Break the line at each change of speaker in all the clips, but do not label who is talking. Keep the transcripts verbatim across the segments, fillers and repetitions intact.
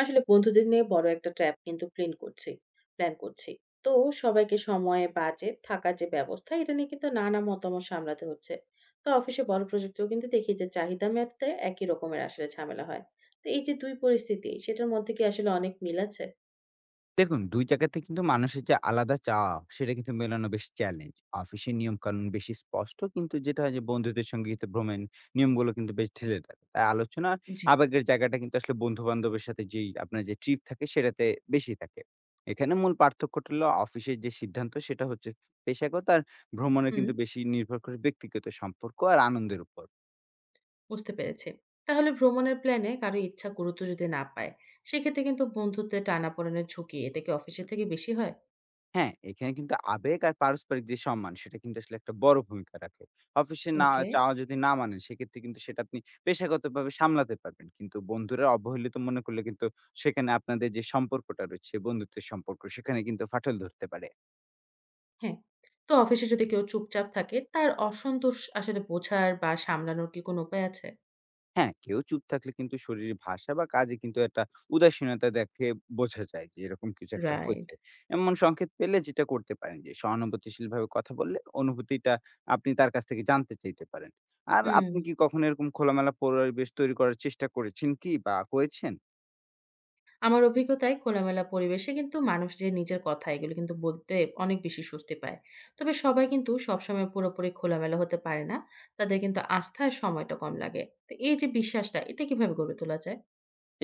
আসলে বন্ধুদের নিয়ে বড় একটা ট্র্যাপ কিন্তু প্ল্যান করছি প্ল্যান করছি তো সবাইকে সময়ে বাজেট থাকার যে ব্যবস্থা এটা নিয়ে কিন্তু নানা মতামত সামলাতে হচ্ছে। তো অফিসে বড় প্রজেক্টেও কিন্তু দেখি যে চাহিদা মেটাতে একই রকমের আসলে ঝামেলা হয়। তো এই যে দুই পরিস্থিতি সেটার মধ্যে কি আসলে অনেক মিল আছে?
দেখুন, দুই জায়গাতে কিন্তু মানুষের যে আলাদা চাওয়া, সেটা কিন্তু মেলানো বেশ চ্যালেঞ্জ। অফিসের নিয়মকানুন বেশি স্পষ্ট, কিন্তু যেটা হয় যে বন্ধুদের সঙ্গে কিন্তু ভ্রমণ নিয়মগুলো কিন্তু বেশ ঢিলে ঢালা। তাই আলোচনা আর
জি।
আবেগের জায়গাটা কিন্তু আসলে বন্ধু-বান্ধবের সাথে যেই আপনার যে ট্রিপ থাকে সেটাতে বেশি থাকে। এখানে মূল পার্থক্যটা হলো, অফিসের যে সিদ্ধান্ত সেটা হচ্ছে পেশাগত, আর ভ্রমণে
হুম
কিন্তু বেশি নির্ভর করে ব্যক্তিগত সম্পর্ক আর আনন্দের উপর।
বুঝতে পেরেছি। তাহলে ভ্রমণের প্ল্যানে কারো ইচ্ছা গুরুত্ব যদি না পায়, সেক্ষেত্রে কিন্তু বন্ধুত্বে টানাপোড়েনের ঝুঁকি এটা কি অফিসের থেকে বেশি হয়?
হ্যাঁ, এখানে কিন্তু আবেগ আর পারস্পরিক যে সম্মান সেটা কিন্তু আসলে একটা বড় ভূমিকা রাখে। অফিসে না
ওকে।
চাওয়া যদি না মানেন, সেক্ষেত্রে কিন্তু সেটা আপনি পেশাগতভাবে সামলাতে পারবেন। কিন্তু বন্ধুরা অবহেলিত মনে করলে কিন্তু সেখানে আপনাদের যে সম্পর্কটা রয়েছে, বন্ধুত্বের সম্পর্ক, সেখানে কিন্তু ফাটল ধরতে পারে।
হ্যাঁ, তো অফিসে যদি কেউ চুপচাপ থাকে, তার অসন্তোষ আসলে বোঝার বা সামলানোর কি কোনো উপায় আছে?
হ্যাঁ, কেউ চুপ থাকলে কিন্তু শরীরের ভাষা বা কাজে কিন্তু একটা উদাসীনতা দেখে বোঝা যায় যে এরকম কিছু একটা
রাইট।
হয়েছে। এমন সংকেত পেলে যেটা করতে পারেন যে, সহানুভূতিশীলভাবে কথা বললে অনুভূতিটা আপনি তার কাছ থেকে জানতে চাইতে পারেন। আর
হুম,
আপনি কি কখনো এরকম খোলামেলা পরিবেশ তৈরি করার চেষ্টা করেছেন কি বা হয়েছেন?
আমার অভিজ্ঞতায় খোলামেলা পরিবেশে কিন্তু মানুষ যে নিজের কথা এগুলো কিন্তু বলতে অনেক বেশি স্বস্তি পায়। তবে সবাই কিন্তু সবসময় পুরোপুরি খোলামেলা হতে পারে না। তাদের কিন্তু আস্থার সময়টা কম লাগে। তো এই যে বিশ্বাসটা, এটা কিভাবে গড়ে তোলা যায়?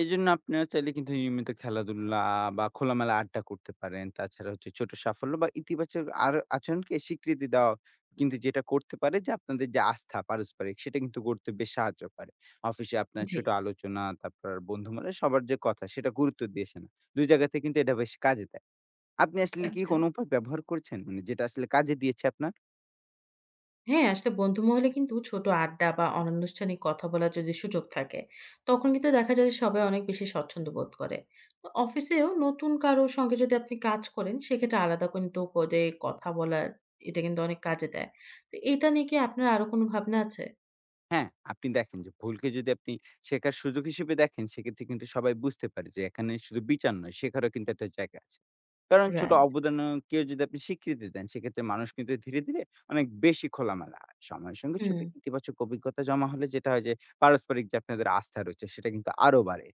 এজন্য আপনারা চাইলে কিন্তু নিয়মিত খেলাধুলা বা খোলামেলা আড্ডা করতে পারেন। তাছাড়া হচ্ছে, ছোট সাফল্য বা ইতিবাচক আর আচরণকে স্বীকৃতি দেওয়া কিন্তু যেটা করতে পারে যে, আপনাদের যে আস্থা পারস্পরিক সেটা কিন্তু গড়তে বেশ সাহায্য করে। অফিসে আপনার
জি।
ছোট আলোচনা, তারপর বন্ধু-বান্ধব সবার যে কথা সেটা গুরুত্ব দিয়ে শোনা। দুই জায়গাতে কিন্তু এটা বেশ কাজে দেয়। আপনি আসলে কি
আচ্ছা।
কোনো উপায় ব্যবহার করছেন? মানে, যেটা আসলে কাজে দিয়েছে আপনার?
হ্যাঁ, আসলে বন্ধু মহলে কিন্তু ছোট আড্ডা বা অনানুষ্ঠানিক কথা বলার যদি সুযোগ থাকে, তখন কিন্তু দেখা যায় যে সবাই অনেক বেশি স্বচ্ছন্দ বোধ করে। তো অফিসেও নতুন কারো সঙ্গে যদি আপনি কাজ করেন, সেক্ষেত্রে আলাদা কিন্তু করে কথা বলার এটা কিন্তু অনেক কাজে দেয়। তো এটা নিয়ে কি আপনার আরো কোনো ভাবনা আছে?
হ্যাঁ, আপনি দেখেন যে, ভুলকে যদি আপনি শেখার সুযোগ হিসেবে দেখেন, সেক্ষেত্রে কিন্তু সবাই বুঝতে পারে যে এখানে শুধু বিচার নয়, শেখারও কিন্তু একটা জায়গা আছে। কারণ ছোট
রাইট।
অবদানকেও যদি আপনি স্বীকৃতি দেন, সেক্ষেত্রে মানুষ কিন্তু ধীরে, ধীরে অনেক বেশি খোলামেলা হয়। সময়ের সঙ্গে ছোট
হুম।
ইতিবাচক অভিজ্ঞতা জমা হলে যেটা হয় যে, পারস্পরিক যে আপনাদের আস্থা রয়েছে, সেটা কিন্তু আরো বাড়ে।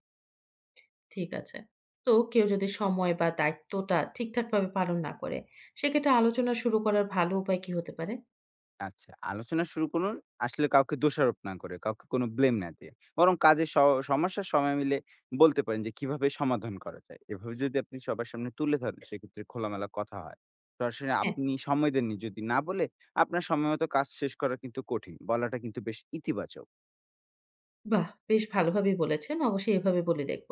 ঠিক আছে। তো কেউ যদি সময় বা দায়িত্বটা ঠিকঠাকভাবে পালন না করে, সেক্ষেত্রে আলোচনা শুরু করার ভালো উপায় কি হতে পারে?
আচ্ছা, আলোচনা শুরু করুন আসলে কাউকে দোষারোপ না করে, কাউকে কোনো ব্লেম না দিয়ে। বরং কাজের স সমস্যার সময় মিলে বলতে পারেন যে কিভাবে সমাধান করা যায়। এভাবে যদি আপনি সবার সামনে তুলে ধরেন, সেক্ষেত্রে খোলামেলা কথা হয়। সরাসরি
হ্যাঁ।
আপনি সময় দেননি যদি না বলে আপনার সময়মতো কাজ শেষ করা কিন্তু কঠিন। বলাটা কিন্তু বেশ ইতিবাচক।
বাহ! বেশ ভালোভাবেই বলেছেন। অবশ্যই এভাবে বলে দেখব।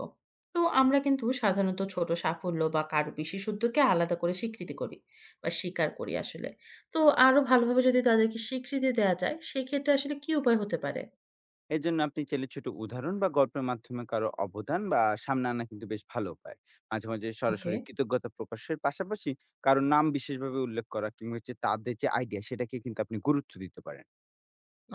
তো আমরা কিন্তু সাধারণত ছোট সাফল্য বা কারো বিশেষত্বকে আলাদা করে স্বীকৃতি করি বা স্বীকার করি আসলে। তো আরো ভালোভাবে যদি তাদেরকে স্বীকৃতি দেয়া যায়, সেক্ষেত্রে আসলে কি উপায় হতে পারে?
এর জন্য আপনি চাইলে ছোট উদাহরণ বা গল্পের মাধ্যমে কারো অবদান বা সামনে আনা কিন্তু বেশ ভালো উপায়। মাঝে মাঝে
ওকে।
সরাসরি কৃতজ্ঞতা প্রকাশের পাশাপাশি কারো নাম বিশেষভাবে উল্লেখ করা, কিংবা হচ্ছে তাদের যে আইডিয়া সেটাকে কিন্তু আপনি গুরুত্ব দিতে পারেন।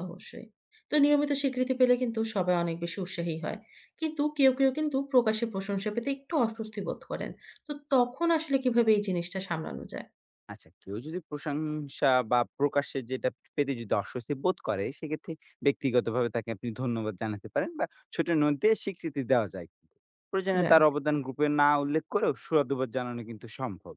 অবশ্যই। তো নিয়মিত স্বীকৃতি পেলে কিন্তু সবাই অনেক বেশি উৎসাহী হয়। কিন্তু কেউ, কেউ কিন্তু প্রকাশ্যে প্রশংসা পেতে একটু অস্বস্তি বোধ করেন। তো তখন আসলে কিভাবে এই জিনিসটা সামলানো যায়?
আচ্ছা, কেউ যদি প্রশংসা বা প্রকাশে যেটা পেতে যদি অস্বস্তি বোধ করে, সেক্ষেত্রে ব্যক্তিগতভাবে তাকে আপনি ধন্যবাদ জানাতে পারেন, বা ছোট নোট দিয়ে স্বীকৃতি দেওয়া যায় কিন্তু। প্রয়োজনে তার
রাইট।
অবদান গ্রুপে না উল্লেখ করেও সুরাদুবাদ জানানো কিন্তু সম্ভব।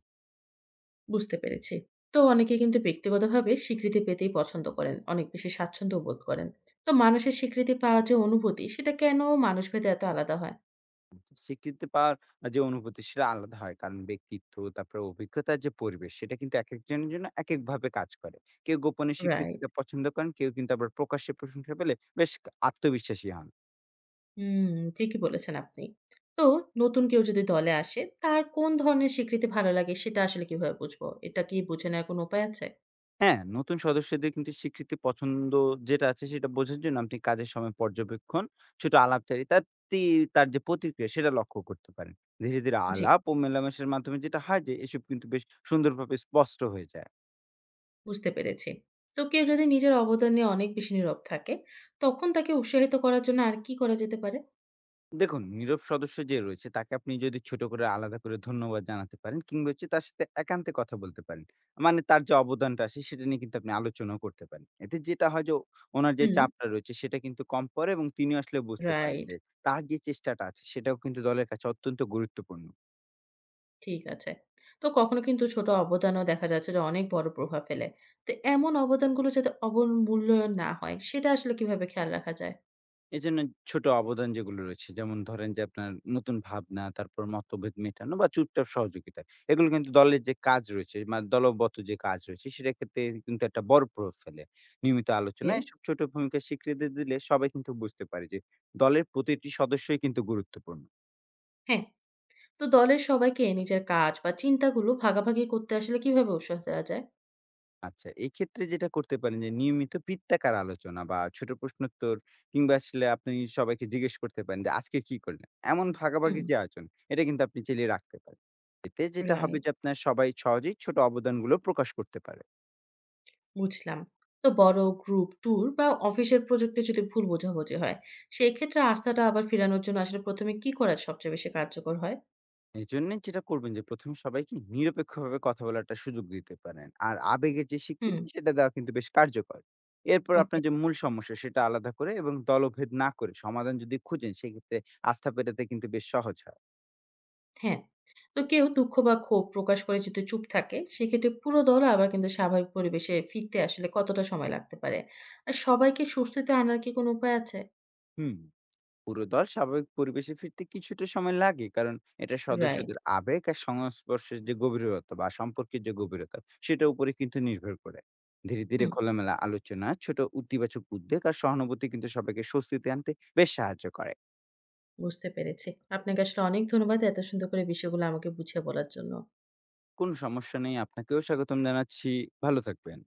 বুঝতে পেরেছি। তো অনেকে কিন্তু ব্যক্তিগতভাবে স্বীকৃতি পেতেই পছন্দ করেন। অনেক বেশি স্বাচ্ছন্দ্য বোধ করেন। তো মানুষের স্বীকৃতি পাওয়ার যে অনুভূতি সেটা কেন মানুষভেদে এত আলাদা হয়?
স্বীকৃতি পাওয়ার যে অনুভূতি সেটা আলাদা হয়, কারণ ব্যক্তিত্ব, তারপরে অভিজ্ঞতার যে পরিবেশ, সেটা কিন্তু এক একজনের জন্য এক একভাবে কাজ করে। কেউ গোপনে
রাইট।
স্বীকৃতিটা পছন্দ করেন, কেউ কিন্তু আবার প্রকাশ্যে প্রশংসা পেলে বেশ আত্মবিশ্বাসী হন।
হুম, ঠিকই বলেছেন আপনি। তো নতুন কেউ যদি দলে আসে তার কোন ধরনের স্বীকৃতি ভালো লাগে সেটা আসলে কিভাবে বুঝবো? এটা কি বুঝে নেওয়ার কোনো উপায় আছে?
হ্যাঁ, নতুন সদস্যদের কিন্তু স্বীকৃতি পছন্দ যেটা আছে সেটা বোঝার জন্য আপনি কাজের সময় পর্যবেক্ষণ, ছোট আলাপচারিতা, তি- তার যে প্রতিক্রিয়া সেটা লক্ষ্য করতে পারেন। ধীরে ধীরে
জি।
আলাপ ও মেলামেশার মাধ্যমে যেটা হয় যে, এসব কিন্তু বেশ সুন্দরভাবে স্পষ্ট হয়ে যায়।
বুঝতে পেরেছি। তো কেউ যদি নিজের অবদান নিয়ে অনেক বেশি নীরব থাকে, তখন তাকে উৎসাহিত করার জন্য আর কি করা যেতে পারে?
দেখুন, নীরব সদস্য যে রয়েছে, তাকে আপনি যদি ছোট করে আলাদা করে ধন্যবাদ জানাতে পারেন, কিংবা হচ্ছে তার সাথে একান্তে কথা বলতে পারেন। মানে তার যে অবদানটা আছে সেটা নিয়ে কিন্তু আপনি আলোচনাও করতে পারেন। এতে যেটা হয় যে, ওনার যে
হুম।
চাপটা রয়েছে সেটা কিন্তু কম পড়ে, এবং তিনিও আসলে বুঝতে পারেন
রাইট।
যে তার যে চেষ্টাটা আছে সেটাও কিন্তু দলের কাছে অত্যন্ত গুরুত্বপূর্ণ।
ঠিক আছে। তো কখনো কিন্তু ছোট অবদানও দেখা যাচ্ছে যে অনেক বড় প্রভাব ফেলে। তো এমন অবদানগুলো যাতে অবমূল্যায়ন না হয় সেটা আসলে কিভাবে খেয়াল রাখা যায়?
এজন্য ছোট অবদান যেগুলো রয়েছে, যেমন ধরেন যে আপনার নতুন ভাবনা, তারপর মতভেদ মেটানো বা চুপচাপ সহযোগিতা। এগুলো কিন্তু দলের যে কাজ রয়েছে, মানে দলবদ্ধ যে কাজ রয়েছে, সেটার ক্ষেত্রে কিন্তু একটা বড় প্রভাব ফেলে। নিয়মিত
ওকে।
আলোচনা এসব ছোট ভূমিকা স্বীকৃতি দিলে সবাই কিন্তু বুঝতে পারে যে দলের প্রতিটি সদস্যই কিন্তু গুরুত্বপূর্ণ।
হ্যাঁ। তো দলের সবাইকে নিজের কাজ বা চিন্তাগুলো ভাগাভাগি করতে আসলে কিভাবে উৎসাহ দেওয়া যায়?
আচ্ছা, এক্ষেত্রে যেটা করতে পারেন যে, নিয়মিত বৃত্তাকার আলোচনা বা ছোট প্রশ্নোত্তর, কিংবা আসলে আপনি সবাইকে জিজ্ঞেস করতে পারেন যে আজকে কি করলেন? এমন
হুম।
ভাগাভাগি যে আয়োজন, এটা কিন্তু আপনি চাইলে রাখতে পারেন। এতে যেটা হবে
রাইট।
যে, আপনার সবাই সহজেই ছোট অবদানগুলো প্রকাশ করতে পারে।
বুঝলাম। তো বড় গ্রুপ ট্যুর বা অফিসের প্রজেক্টে যদি ভুল বোঝাবুঝি হয়, সেক্ষেত্রে আস্থাটা আবার ফেরানোর জন্য আসলে প্রথম এ কি করা সবচেয়ে বেশি কার্যকর হয়?
এজন্য যেটা করবেন যে, প্রথমে সবাইকে নিরপেক্ষভাবে কথা বলার একটা সুযোগ দিতে পারেন। আর আবেগের যে
হুম।
স্বীকৃতি সেটা দেওয়া কিন্তু বেশ কার্যকর। এরপর
ওকে।
আপনার যে মূল সমস্যা সেটা আলাদা করে, এবং দলভেদ না করে সমাধান যদি খুঁজেন, সেক্ষেত্রে আস্থা পেটাতে কিন্তু বেশ সহজ হয়।
হ্যাঁ, তো কেউ দুঃখ বা ক্ষোভ প্রকাশ করে যদি চুপ থাকে, সেক্ষেত্রে পুরো দল আবার কিন্তু স্বাভাবিক পরিবেশে ফিরতে আসলে কতটা সময় লাগতে পারে? আর সবাইকে স্বস্তিতে আনার কি কোনো উপায় আছে?
হুম। পুরো দল স্বাভাবিক পরিবেশে ফিরতে কিছুটা সময় লাগে, কারণ এটা
রাইট।
সদস্যদের আবেগ আর সংস্পর্শের যে গভীরতা বা সম্পর্কের যে গভীরতা, সেটার উপরে কিন্তু নির্ভর করে। ধীরে ধীরে
হুম,
খোলামেলা আলোচনা, ছোট ইতিবাচক উদ্বেগ আর সহানুভূতি কিন্তু সবাইকে স্বস্তিতে আনতে বেশ সাহায্য করে।
বুঝতে পেরেছি। আপনাকে আসলে অনেক ধন্যবাদ এত সুন্দর করে বিষয়গুলো আমাকে বুঝিয়ে বলার জন্য।
কোনো সমস্যা নেই, আপনাকেও স্বাগতম জানাচ্ছি। ভালো থাকবেন।